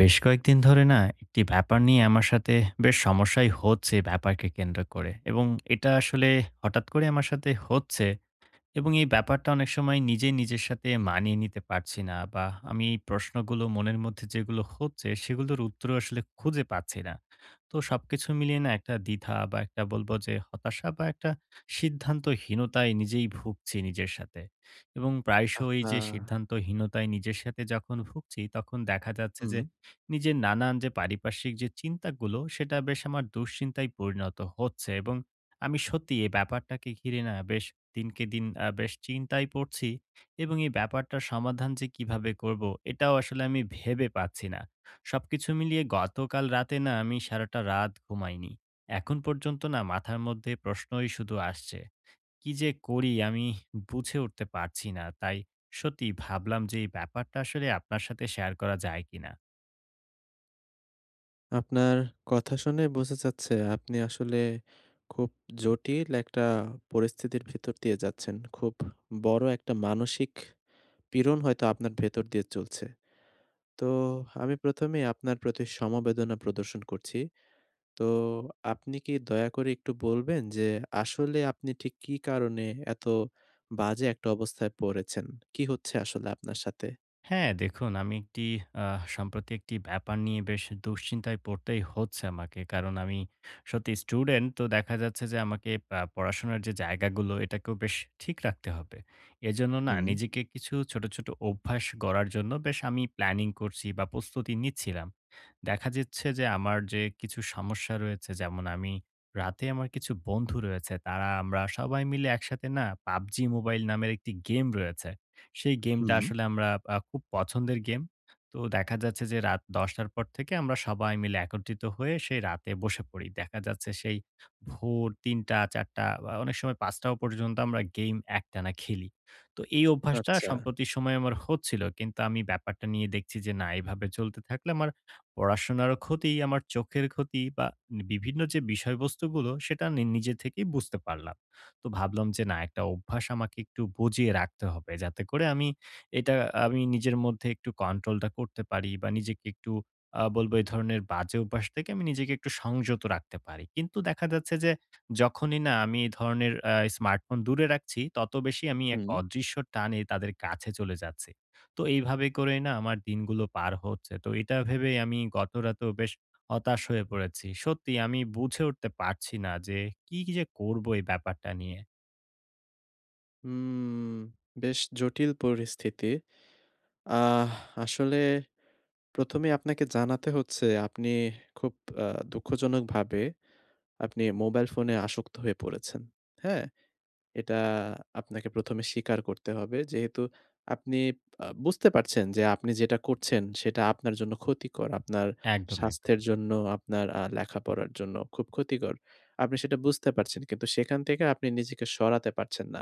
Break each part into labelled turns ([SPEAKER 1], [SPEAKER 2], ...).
[SPEAKER 1] বেশ কয়েকদিন ধরে না একটি ব্যাপার নিয়ে আমার সাথে বেশ সমস্যাই হচ্ছে ব্যাপারকে কেন্দ্র করে, এবং এটা আসলে হঠাৎ করে আমার সাথে হচ্ছে। এবং এই ব্যাপারটা অনেক সময় নিজে নিজের সাথে মানিয়ে নিতে পারছি না বা আমি এই প্রশ্নগুলো মনের মধ্যে যেগুলো হচ্ছে সেগুলোর উত্তর আসলে খুঁজে পাচ্ছি না। তো সবকিছু মিলিয়ে না একটা দ্বিধা বা একটা বলবো যে হতাশা বা একটা সিদ্ধান্তহীনতায় নিজেই ভুগছি নিজের সাথে। এবং
[SPEAKER 2] আ
[SPEAKER 1] প্রায়শই এই যে সিদ্ধান্তহীনতায় নিজের সাথে যখন ভুগছি তখন দেখা যাচ্ছে
[SPEAKER 2] হুম।
[SPEAKER 1] যে নিজের নানান যে পারিপার্শ্বিক যে চিন্তাগুলো সেটা বেশ আমার দুশ্চিন্তায় পরিণত হচ্ছে। এবং আমি সত্যি এই ব্যাপারটাকে ঘিরে না বেশ দিনকে দিন বেশ চিন্তায় পড়ছি। এবং এই ব্যাপারটার সমাধান যে কিভাবে করব এটাও আসলে আমি ভেবে পাচ্ছি না। সবকিছু মিলিয়ে গতকাল রাতে না আমি সারাটা রাত ঘুমাইনি, এখন পর্যন্ত না মাথার মধ্যে প্রশ্নই শুধু আসছে কি যে করি আমি। বুঝে উঠতে পারছি না, তাই সত্যি ভাবলাম যে এই ব্যাপারটা আসলে আপনার সাথে শেয়ার করা যায় কিনা।
[SPEAKER 2] আপনার কথা শুনে বোঝা যাচ্ছে আপনি আসলে খুব জটিল একটা পরিস্থিতির ভেতর দিয়ে যাচ্ছেন। খুব বড় একটা মানসিক পীড়ন হয়তো আপনার ভেতর দিয়ে চলছে। তো আমি ১ম এই আপনার প্রতি সমবেদনা প্রদর্শন করছি। তো আপনি কি দয়া করে একটু বলবেন যে আসলে আপনি ঠিক কী কারণে এত বাজে একটা অবস্থায় পড়েছেন? কি হচ্ছে আসলে আপনার সাথে?
[SPEAKER 1] হ্যাঁ, দেখুন আমি একটি সম্প্রতি একটি ব্যাপার নিয়ে বেশ দুশ্চিন্তায় পড়তেই হচ্ছে আমাকে। কারণ আমি সত্যি স্টুডেন্ট, তো দেখা যাচ্ছে যে আমাকে পড়াশোনার যে জায়গাগুলো এটাকেও বেশ ঠিক রাখতে হবে। এজন্য না
[SPEAKER 2] হুম,
[SPEAKER 1] নিজেকে কিছু ছোট, ছোট অভ্যাস গড়ার জন্য বেশ আমি প্ল্যানিং করছি বা প্রস্তুতি নিচ্ছিলাম। দেখা যাচ্ছে যে আমার যে কিছু সমস্যা রয়েছে, যেমন আমি রাতে আমার কিছু বন্ধু রয়েছে তারা আমরা সবাই মিলে একসাথে না PUBG মোবাইল নামের একটি গেম রয়েছে। সেই গেমটা
[SPEAKER 2] হুম।
[SPEAKER 1] আসলে আমরা খুব পছন্দের গেম। তো দেখা যাচ্ছে যে রাত ১০:০০ পর থেকে আমরা সবাই মিলে একত্রিত হয়ে সেই রাতে বসে পড়ি। দেখা যাচ্ছে সেই ভোর ৩:০০, ৪:০০ বা অনেক সময় ৫:০০ পর্যন্ত আমরা গেম একটানা খেলি। তো এই অভ্যাসটা
[SPEAKER 2] আচ্ছা।
[SPEAKER 1] সম্প্রতি সময়ে আমার হচ্ছিল। কিন্তু আমি ব্যাপারটা নিয়ে দেখছি যে না এভাবে চলতে থাকলে আমার পড়াশোনারও ক্ষতি, আমার চোখের ক্ষতি বা বিভিন্ন যে বিষয়বস্তুগুলো সেটা নিজে থেকেই বুঝতে পারলাম। তো ভাবলাম যে না একটা অভ্যাস আমাকে একটু বুঝিয়ে রাখতে হবে যাতে করে আমি এটা আমি নিজের মধ্যে একটু কন্ট্রোলটা করতে পারি বা নিজেকে একটু বলবো এই ধরনের বাজে অভ্যাস থেকে আমি নিজেকে একটু সংযত রাখতে পারি। কিন্তু দেখা যাচ্ছে যে যখনই না আমি এই ধরনের স্মার্টফোন দূরে রাখছি, তত বেশি আমি এক
[SPEAKER 2] হুম।
[SPEAKER 1] অদৃশ্য টানে তাদের কাছে চলে যাচ্ছি। তো এইভাবে করে না আমার দিনগুলো পার হচ্ছে, তো এটা ভেবে আমি গত রাতেও বেশ হতাশ হয়ে পড়েছি। সত্যি আমি বুঝে উঠতে পারছি না যে কি যে করব এই ব্যাপারটা নিয়ে।
[SPEAKER 2] হুম, বেশ জটিল পরিস্থিতি। আহ আসলে ১ম এ আপনাকে জানাতে হচ্ছে আপনি খুব আ দুঃখজনকভাবে আপনি মোবাইল ফোনে আসক্ত হয়ে পড়েছেন। হ্যাঁ? এটা আপনাকে ১ম এ স্বীকার করতে হবে। যেহেতু আপনি বুঝতে পারছেন যে আপনি যেটা করছেন সেটা আপনার জন্য ক্ষতিকর। আপনার
[SPEAKER 1] একদম,
[SPEAKER 2] স্বাস্থ্যের
[SPEAKER 1] একদম,
[SPEAKER 2] জন্য, আপনার লেখাপড়ার জন্য খুব ক্ষতিকর। আপনি সেটা বুঝতে পারছেন। কিন্তু সেখান থেকে আপনি নিজেকে সরাতে পারছেন না।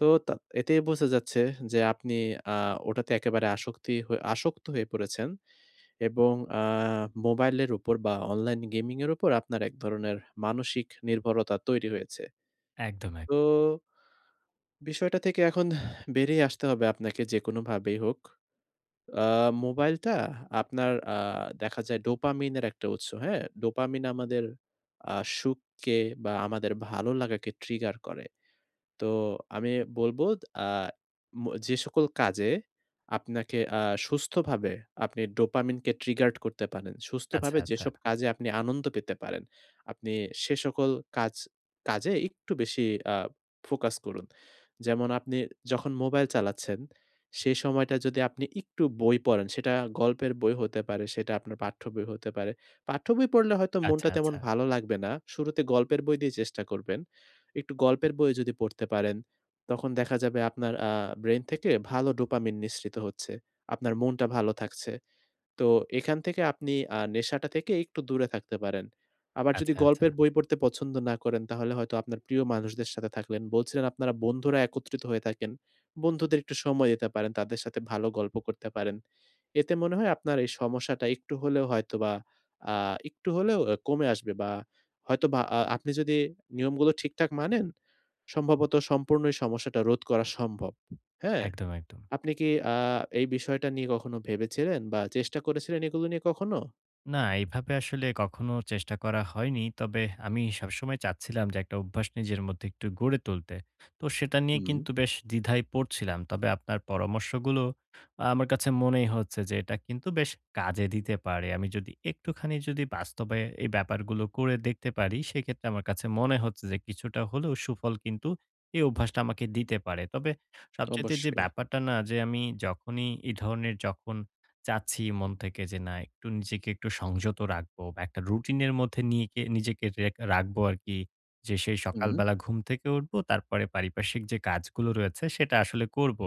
[SPEAKER 2] তো এতেই বোঝা যাচ্ছে যে আপনি আ ওটাতে একেবারে আসক্ত হয়ে পড়েছেন এবং আ মোবাইলের উপর বা অনলাইন গেমিং এর উপর আপনার এক ধরনের মানসিক নির্ভরতা তৈরি হয়েছে।
[SPEAKER 1] একদম,
[SPEAKER 2] তো
[SPEAKER 1] একদম।
[SPEAKER 2] বিষয়টা থেকে এখন বেরিয়ে আসতে হবে আপনাকে যেকোনোভাবেই হোক। আ মোবাইলটা আপনার দেখা যায় ডোপামিনের একটা উৎস, হ্যাঁ? ডোপামিন আমাদের সুখকে বা আমাদের ভালো লাগাকে ট্রিগার করে। তো আমি বলব আ ম যে সকল কাজে আপনাকে সুস্থভাবে আপনি ডোপামিনকে ট্রিগার্ড করতে পারেন।
[SPEAKER 1] আচ্ছা,
[SPEAKER 2] সুস্থভাবে
[SPEAKER 1] আচ্ছা,
[SPEAKER 2] যেসব কাজে আপনি আনন্দ পেতে পারেন, আপনি সে সকল কাজ কাজে একটু বেশি আ ফোকাস করুন। যেমন আপনি যখন মোবাইল চালাচ্ছেন, সেই সময়টা যদি আপনি একটু বই পড়েন, সেটা গল্পের বই হতে পারে, সেটা আপনার পাঠ্য বই হতে পারে। পাঠ্য বই পড়লে হয়তো
[SPEAKER 1] আচ্ছা,
[SPEAKER 2] মনটা তেমন
[SPEAKER 1] আচ্ছা,
[SPEAKER 2] ভালো লাগবে না। শুরুতে গল্পের বই দিয়ে চেষ্টা করবেন। একটু গল্পের বই যদি পড়তে পারেন, তখন দেখা যাবে আপনার ব্রেইন থেকে ভালো ডোপামিন নিঃসৃত হচ্ছে। আপনার মনটা ভালো থাকছে। তো এখান থেকে আপনি নেশাটা থেকে একটু দূরে থাকতে পারেন। আবার যদি
[SPEAKER 1] আচ্ছা, আচ্ছা।
[SPEAKER 2] গল্পের বই পড়তে পছন্দ না করেন তাহলে হয়তো আপনার প্রিয় মানুষদের সাথে থাকলেন। বলছিলেন আপনারা বন্ধুরা একত্রিত হয়ে থাকেন। বন্ধুদের একটু সময় দিতে পারেন। তাদের সাথে ভালো গল্প করতে পারেন। এতে মনে হয় আপনার এই সমস্যাটা একটু হলেও হয়তোবা আ একটু হলেও কমে আসবে বা হয়তোবা আপনি যদি নিয়মগুলো ঠিকঠাক মানেন, সম্ভবত সম্পূর্ণ এই সমস্যাটা রোধ করা সম্ভব। হ্যাঁ?
[SPEAKER 1] একদম, একদম।
[SPEAKER 2] আপনি কি এই বিষয়টা নিয়ে কখনো ভেবেছিলেন বা চেষ্টা করেছিলেন এগুলো নিয়ে কখনো?
[SPEAKER 1] না, এভাবে আসলে কখনো চেষ্টা করা হয়নি। তবে আমি সবসময় চাচ্ছিলাম যে একটা অভ্যাস নিজের মধ্যে একটু গড়ে তুলতে। তো সেটা নিয়ে
[SPEAKER 2] হুম।
[SPEAKER 1] কিন্তু বেশ দ্বিধায় পড়ছিলাম। তবে আপনার পরামর্শগুলো আমার কাছে মনেই হচ্ছে যে এটা কিন্তু বেশ কাজে দিতে পারে। আমি যদি একটুখানি যদি বাস্তবে এই ব্যাপারগুলো করে দেখতে পারি, সেক্ষেত্রে আমার কাছে মনে হচ্ছে যে কিছুটা হলেও সুফল কিন্তু এই অভ্যাসটা আমাকে দিতে পারে। তবে সবচাইতে যে
[SPEAKER 2] অবশ্যই।
[SPEAKER 1] ব্যাপারটা না যে আমি যখনই এই ধরনের যখন চাচ্ছি মন থেকে যে না একটু নিজেকে একটু সংযত রাখবো বা একটা রুটিনের মধ্যে নিয়ে নিজেকে রাখবো আর কি, যে সেই
[SPEAKER 2] হুম,
[SPEAKER 1] সকালবেলা ঘুম থেকে উঠবো তারপরে পারিপার্শ্বিক যে কাজগুলো রয়েছে সেটা আসলে করব।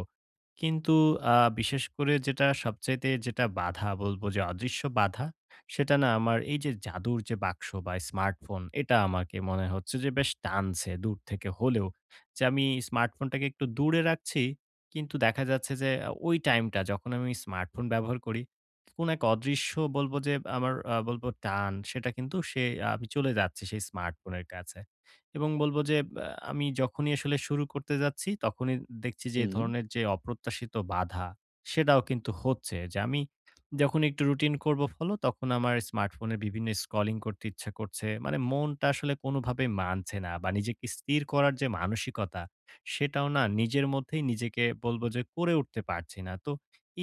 [SPEAKER 1] কিন্তু বিশেষ করে যেটা সবচাইতে যেটা বাধা বলবো যে অদৃশ্য বাধা, সেটা না আমার এই যে জাদুর যে বাক্স বা স্মার্টফোন এটা আমাকে মনে হচ্ছে যে বেশ টানছে দূর থেকে হলেও। যে আমি স্মার্টফোনটাকে একটু দূরে রাখছি কিন্তু দেখা যাচ্ছে যে ওই টাইমটা যখন আমি স্মার্টফোন ব্যবহার করি, কোন এক অদৃশ্য বলব যে আমার বলব টান, সেটা কিন্তু সে আমি চলে যাচ্ছি সেই স্মার্টফোনের কাছে। এবং বলব যে আমি যখনই আসলে শুরু করতে যাচ্ছি তখনই দেখছি যে এ
[SPEAKER 2] হুম।
[SPEAKER 1] ধরনের যে অপ্রত্যাশিত বাধা সেটাও কিন্তু হচ্ছে। যে আমি যখন একটু রুটিন করব ফলো, তখন আমার স্মার্টফোনে বিভিন্ন স্ক্রলিং করতে ইচ্ছা করছে। মানে মনটা আসলে কোনভাবে মানছে না বা নিজেকে স্থির করার যে মানসিকতা সেটাও না নিজের মধ্যেই নিজেকে বলবো যে করে উঠতে পারছি না। তো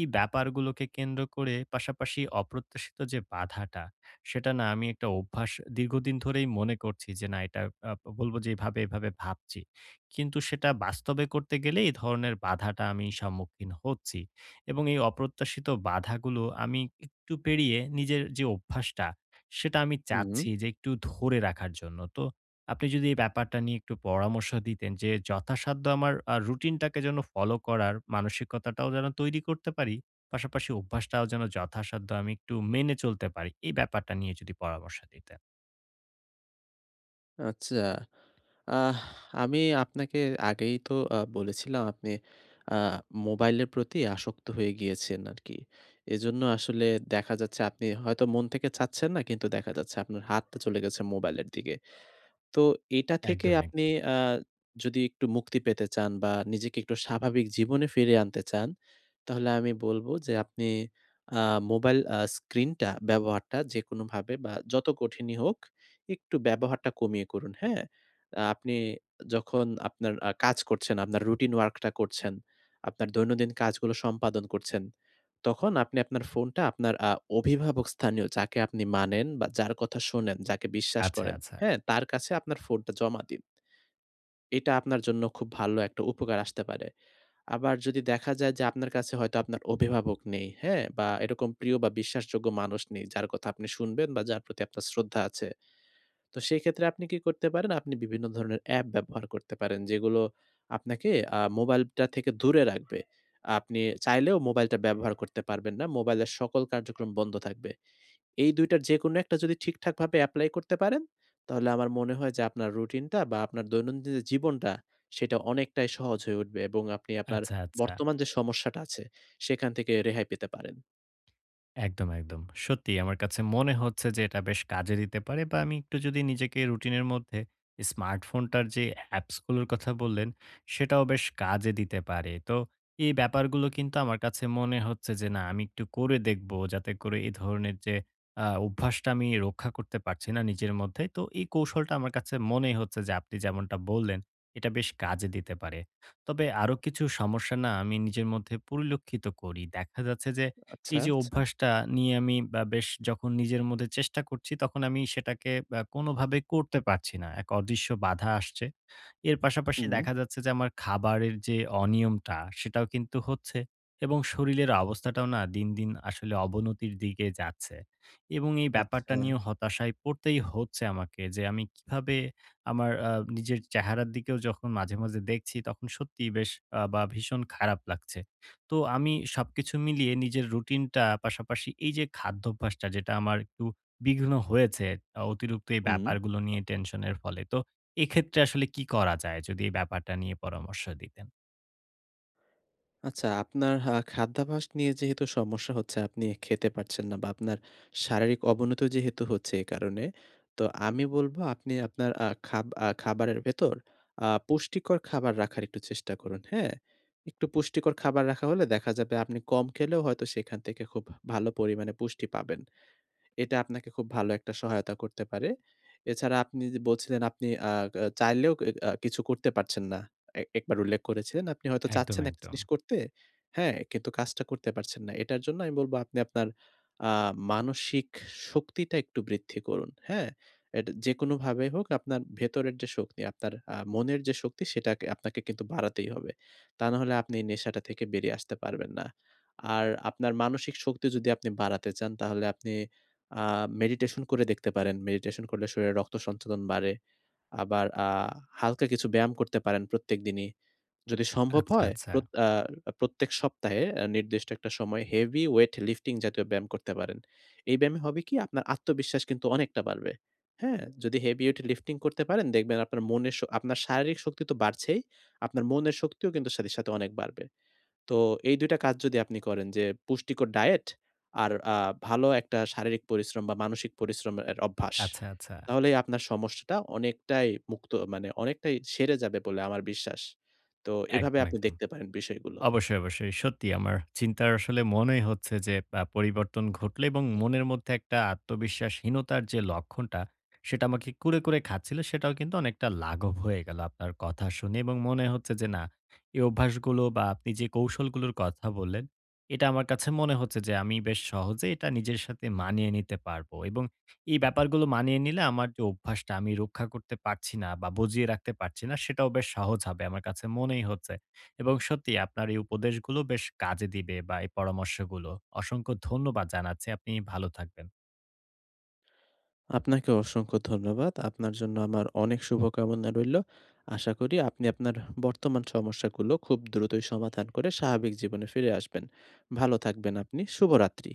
[SPEAKER 1] এই ব্যাপারগুলোকে কেন্দ্র করে পাশাপাশি অপ্রত্যাশিত যে বাধাটা, সেটা না আমি একটা অভ্যাস দীর্ঘদিন ধরেই মনে করছি যে না এটা আ বলবো যে এভাবে, এভাবে ভাবছি। কিন্তু সেটা বাস্তবে করতে গেলে এই ধরনের বাধাটা আমি সম্মুখীন হচ্ছি। এবং এই অপ্রত্যাশিত বাধাগুলো আমি একটু পেরিয়ে নিজের যে অভ্যাসটা, সেটা আমি
[SPEAKER 2] হুম।
[SPEAKER 1] চাচ্ছি যে একটু ধরে রাখার জন্য। তো আপনি যদি এই ব্যাপারটা নিয়ে একটু পরামর্শ দিতেন যে যথাসাধ্য আমার রুটিনটাকে যেন ফলো করার মানসিকতাটাও যেন তৈরি করতে পারি, পাশাপাশি অভ্যাসটাও যেন যথাসাধ্য আমি একটু মেনে চলতে পারি। এই ব্যাপারটা নিয়ে যদি পরামর্শ দিতেন।
[SPEAKER 2] আচ্ছা। আহ আমি আপনাকে আগেই তো বলেছিলাম আপনি আ মোবাইলের প্রতি আসক্ত হয়ে গিয়েছেন আরকি। এজন্য আসলে দেখা যাচ্ছে আপনি হয়তো মন থেকে চাচ্ছেন না কিন্তু দেখা যাচ্ছে আপনার হাতটা চলে গেছে মোবাইলের দিকে। তো এটা থেকে
[SPEAKER 1] একদম,
[SPEAKER 2] আপনি
[SPEAKER 1] একদম।
[SPEAKER 2] আ যদি একটু মুক্তি পেতে চান বা নিজেকে একটু স্বাভাবিক জীবনে ফিরিয়ে আনতে চান তাহলে আমি বলব যে আপনি আ মোবাইল স্ক্রিনটা ব্যবহারটা যেকোনোভাবে বা যত কঠিনই হোক একটু ব্যবহারটা কমিয়ে করুন, হ্যাঁ? আপনি যখন আপনার কাজ করছেন, আপনার রুটিন ওয়ার্কটা করছেন, আপনার দৈনন্দিন কাজগুলো সম্পাদন করছেন, তখন আপনি আপনার ফোনটা আপনার অভিভাবক স্থানীয় যাকে আপনি মানেন বা যার কথা শোনেন, যাকে বিশ্বাস
[SPEAKER 1] আচ্ছা,
[SPEAKER 2] করেন,
[SPEAKER 1] আচ্ছা,
[SPEAKER 2] হ্যাঁ? তার কাছে আপনার ফোনটা জমা দিন। এটা আপনার জন্য খুব ভালো একটা উপকার আসতে পারে। আবার যদি দেখা যায় যে আপনার কাছে হয়তো আপনার অভিভাবক নেই, হ্যাঁ? বা এরকম প্রিয় বা বিশ্বাসযোগ্য মানুষ নেই যার কথা আপনি শুনবেন বা যার প্রতি আপনার শ্রদ্ধা আছে। তো সেই ক্ষেত্রে আপনি কি করতে পারেন? আপনি বিভিন্ন ধরনের অ্যাপ ব্যবহার করতে পারেন যেগুলো আপনাকে মোবাইলটা থেকে দূরে রাখবে। আপনি চাইলেও মোবাইলটা ব্যবহার করতে পারবেন না। মোবাইলের সকল কার্যক্রম বন্ধ থাকবে। এই ২ টার যেকোনো একটা যদি ঠিকঠাকভাবে এপ্লাই করতে পারেন, তাহলে আমার মনে হয় যে আপনার রুটিনটা বা আপনার দৈনন্দিন যে জীবনটা, সেটা অনেকটাই সহজ হয়ে উঠবে এবং আপনি আপনার
[SPEAKER 1] আচ্ছা, আচ্ছা।
[SPEAKER 2] বর্তমান যে সমস্যাটা আছে, সেখান থেকে রেহাই পেতে পারেন।
[SPEAKER 1] একদম, একদম। সত্যিই আমার কাছে মনে হচ্ছে যে এটা বেশ কাজে দিতে পারে বা আমি একটু যদি নিজেকে রুটিনের মধ্যে স্মার্টফোনটার যে অ্যাপসগুলোর কথা বললেন, সেটাও বেশ কাজে দিতে পারে। তো এই ব্যাপারগুলো কিন্তু আমার কাছে মনে হচ্ছে যে না আমি একটু করে দেখব যাতে করে এ ধরনের যে অভ্যাসটা আমি রক্ষা করতে পারছি না নিজের মধ্যে। তো এই কৌশলটা আমার কাছে মনেই হচ্ছে যে আপনি যেমনটা বললেন, এটা বেশ কাজে দিতে পারে। তবে আরো কিছু সমস্যা না আমি নিজের মধ্যে পরিলক্ষিত করি। দেখা যাচ্ছে যে
[SPEAKER 2] আচ্ছা,
[SPEAKER 1] এই যে
[SPEAKER 2] আচ্ছা।
[SPEAKER 1] অভ্যাসটা নিয়ে আমি বা বেশ যখন নিজের মধ্যে চেষ্টা করছি, তখন আমি সেটাকে কোনোভাবে করতে পারছি না। এক অদৃশ্য বাধা আসছে। এর পাশাপাশি
[SPEAKER 2] হুম।
[SPEAKER 1] দেখা যাচ্ছে যে আমার খাবারের যে অনিয়মটা, সেটাও কিন্তু হচ্ছে এবং শরীরের অবস্থাটাও না দিন, দিন আসলে অবনতির দিকে যাচ্ছে। এবং এই
[SPEAKER 2] আচ্ছা।
[SPEAKER 1] ব্যাপারটা নিয়ে হতাশায় পড়তেই হচ্ছে আমাকে যে আমি কিভাবে আমার নিজের চেহারার দিকেও যখন মাঝে, মাঝে দেখছি, তখন সত্যিই বেশ বা ভীষণ খারাপ লাগছে। তো আমি সবকিছু মিলিয়ে নিজের রুটিনটা পাশাপাশি এই যে খাদ্যাভ্যাসটা যেটা আমার একটু বিঘ্ন হয়েছে অতিরিক্ত এই
[SPEAKER 2] হুম।
[SPEAKER 1] ব্যাপারগুলো নিয়ে টেনশনের ফলে। তো এক্ষেত্রে আসলে কি করা যায়? যদি এই ব্যাপারটা নিয়ে পরামর্শ দিতেন।
[SPEAKER 2] আচ্ছা, আপনার খাদ্যাভ্যাস নিয়ে যেহেতু সমস্যা হচ্ছে, আপনি খেতে পারছেন না বা আপনার শারীরিক অবনতি যেহেতু হচ্ছে এ কারণে, তো আমি বলব আপনি আপনার আ খাব আ খাবারের ভেতর পুষ্টিকর খাবার রাখার একটু চেষ্টা করুন, হ্যাঁ? একটু পুষ্টিকর খাবার রাখা হলে দেখা যাবে আপনি কম খেলেও হয়তো সেখান থেকে খুব ভালো পরিমাণে পুষ্টি পাবেন। এটা আপনাকে খুব ভালো একটা সহায়তা করতে পারে। এছাড়া আপনি যে বলছিলেন আপনি আ আ চাইলেও এ আ কিছু করতে পারছেন না। এ একবার উল্লেখ করেছিলেন। আপনি হয়তো
[SPEAKER 1] একদম,
[SPEAKER 2] চাচ্ছেন একটা
[SPEAKER 1] একদম।
[SPEAKER 2] জিনিস করতে, হ্যাঁ? কিন্তু কাজটা করতে পারছেন না। এটার জন্য আমি বলব আপনি আপনার আ মানসিক শক্তিটা একটু বৃদ্ধি করুন, হ্যাঁ? এটা যেকোনোভাবেই হোক আপনার ভেতরের যে শক্তি, আপনার মনের যে শক্তি সেটাকে আপনাকে কিন্তু বাড়াতেই হবে। তা না হলে আপনি এই নেশাটা থেকে বেরিয়ে আসতে পারবেন না। আর আপনার মানসিক শক্তি যদি আপনি বাড়াতে চান তাহলে আপনি আ মেডিটেশন করে দেখতে পারেন। মেডিটেশন করলে শরীরে রক্ত সঞ্চালন বাড়ে। আবার হালকা কিছু ব্যায়াম করতে পারেন প্রত্যেকদিনই। যদি সম্ভব
[SPEAKER 1] আচ্ছা,
[SPEAKER 2] হয়
[SPEAKER 1] আচ্ছা।
[SPEAKER 2] প্রত্যেক সপ্তাহে নির্দিষ্ট একটা সময় হেভি ওয়েট লিফটিং জাতীয় ব্যায়াম করতে পারেন। এই ব্যায়ামে হবে কি আপনার আত্মবিশ্বাস কিন্তু অনেকটা বাড়বে। হ্যাঁ? যদি হেভি ওয়েট লিফটিং করতে পারেন দেখবেন আপনার মনের শ আপনার শারীরিক শক্তি তো বাড়ছেই, আপনার মনের শক্তিও কিন্তু সাথে, সাথে অনেক বাড়বে। তো এই ২ টা কাজ যদি আপনি করেন যে পুষ্টিকর ডায়েট আর ভালো একটা শারীরিক পরিশ্রম বা মানসিক পরিশ্রমের অভ্যাস।
[SPEAKER 1] আচ্ছা, আচ্ছা।
[SPEAKER 2] তাহলেই আপনার সমস্যাটা অনেকটাই মুক্ত মানে অনেকটাই সেরে যাবে বলে আমার বিশ্বাস। তো এভাবে
[SPEAKER 1] একদম,
[SPEAKER 2] আপনি
[SPEAKER 1] একদম।
[SPEAKER 2] দেখতে পারেন বিষয়গুলো।
[SPEAKER 1] অবশ্যই, অবশ্যই। সত্যি আমার চিন্তার আসলে মনেই হচ্ছে যে পরিবর্তন ঘটলে এবং মনের মধ্যে একটা আত্মবিশ্বাসহীনতার যে লক্ষণটা, সেটা আমাকে কুরে, কুরে খাচ্ছিল সেটাও কিন্তু অনেকটা লাঘব হয়ে গেল আপনার কথা শুনে। এবং মনে হচ্ছে যে না, এই অভ্যাসগুলো বা আপনি যে কৌশলগুলোর কথা বললেন, এটা আমার কাছে মনে হচ্ছে যে আমি বেশ সহজে এটা নিজের সাথে মানিয়ে নিতে পারবো। এবং এই ব্যাপারগুলো মানিয়ে নিলে আমার যে অভ্যাসটা আমি রক্ষা করতে পারছি না বা বজিয়ে রাখতে পারছি না, সেটাও বেশ সহজ হবে আমার কাছে মনেই হচ্ছে। এবং সত্যি আপনার এই উপদেশগুলো বেশ কাজে দিবে বা এই পরামর্শগুলো। অসংখ্য ধন্যবাদ জানাচ্ছি। আপনি ভালো থাকবেন।
[SPEAKER 2] আপনাকে অসংখ্য ধন্যবাদ। আপনার জন্য আমার অনেক শুভকামনা রইল। আশা করি আপনি আপনার বর্তমান সমস্যাগুলো খুব দ্রুতই সমাধান করে স্বাভাবিক জীবনে ফিরে আসবেন। ভালো থাকবেন আপনি। শুভরাত্রি।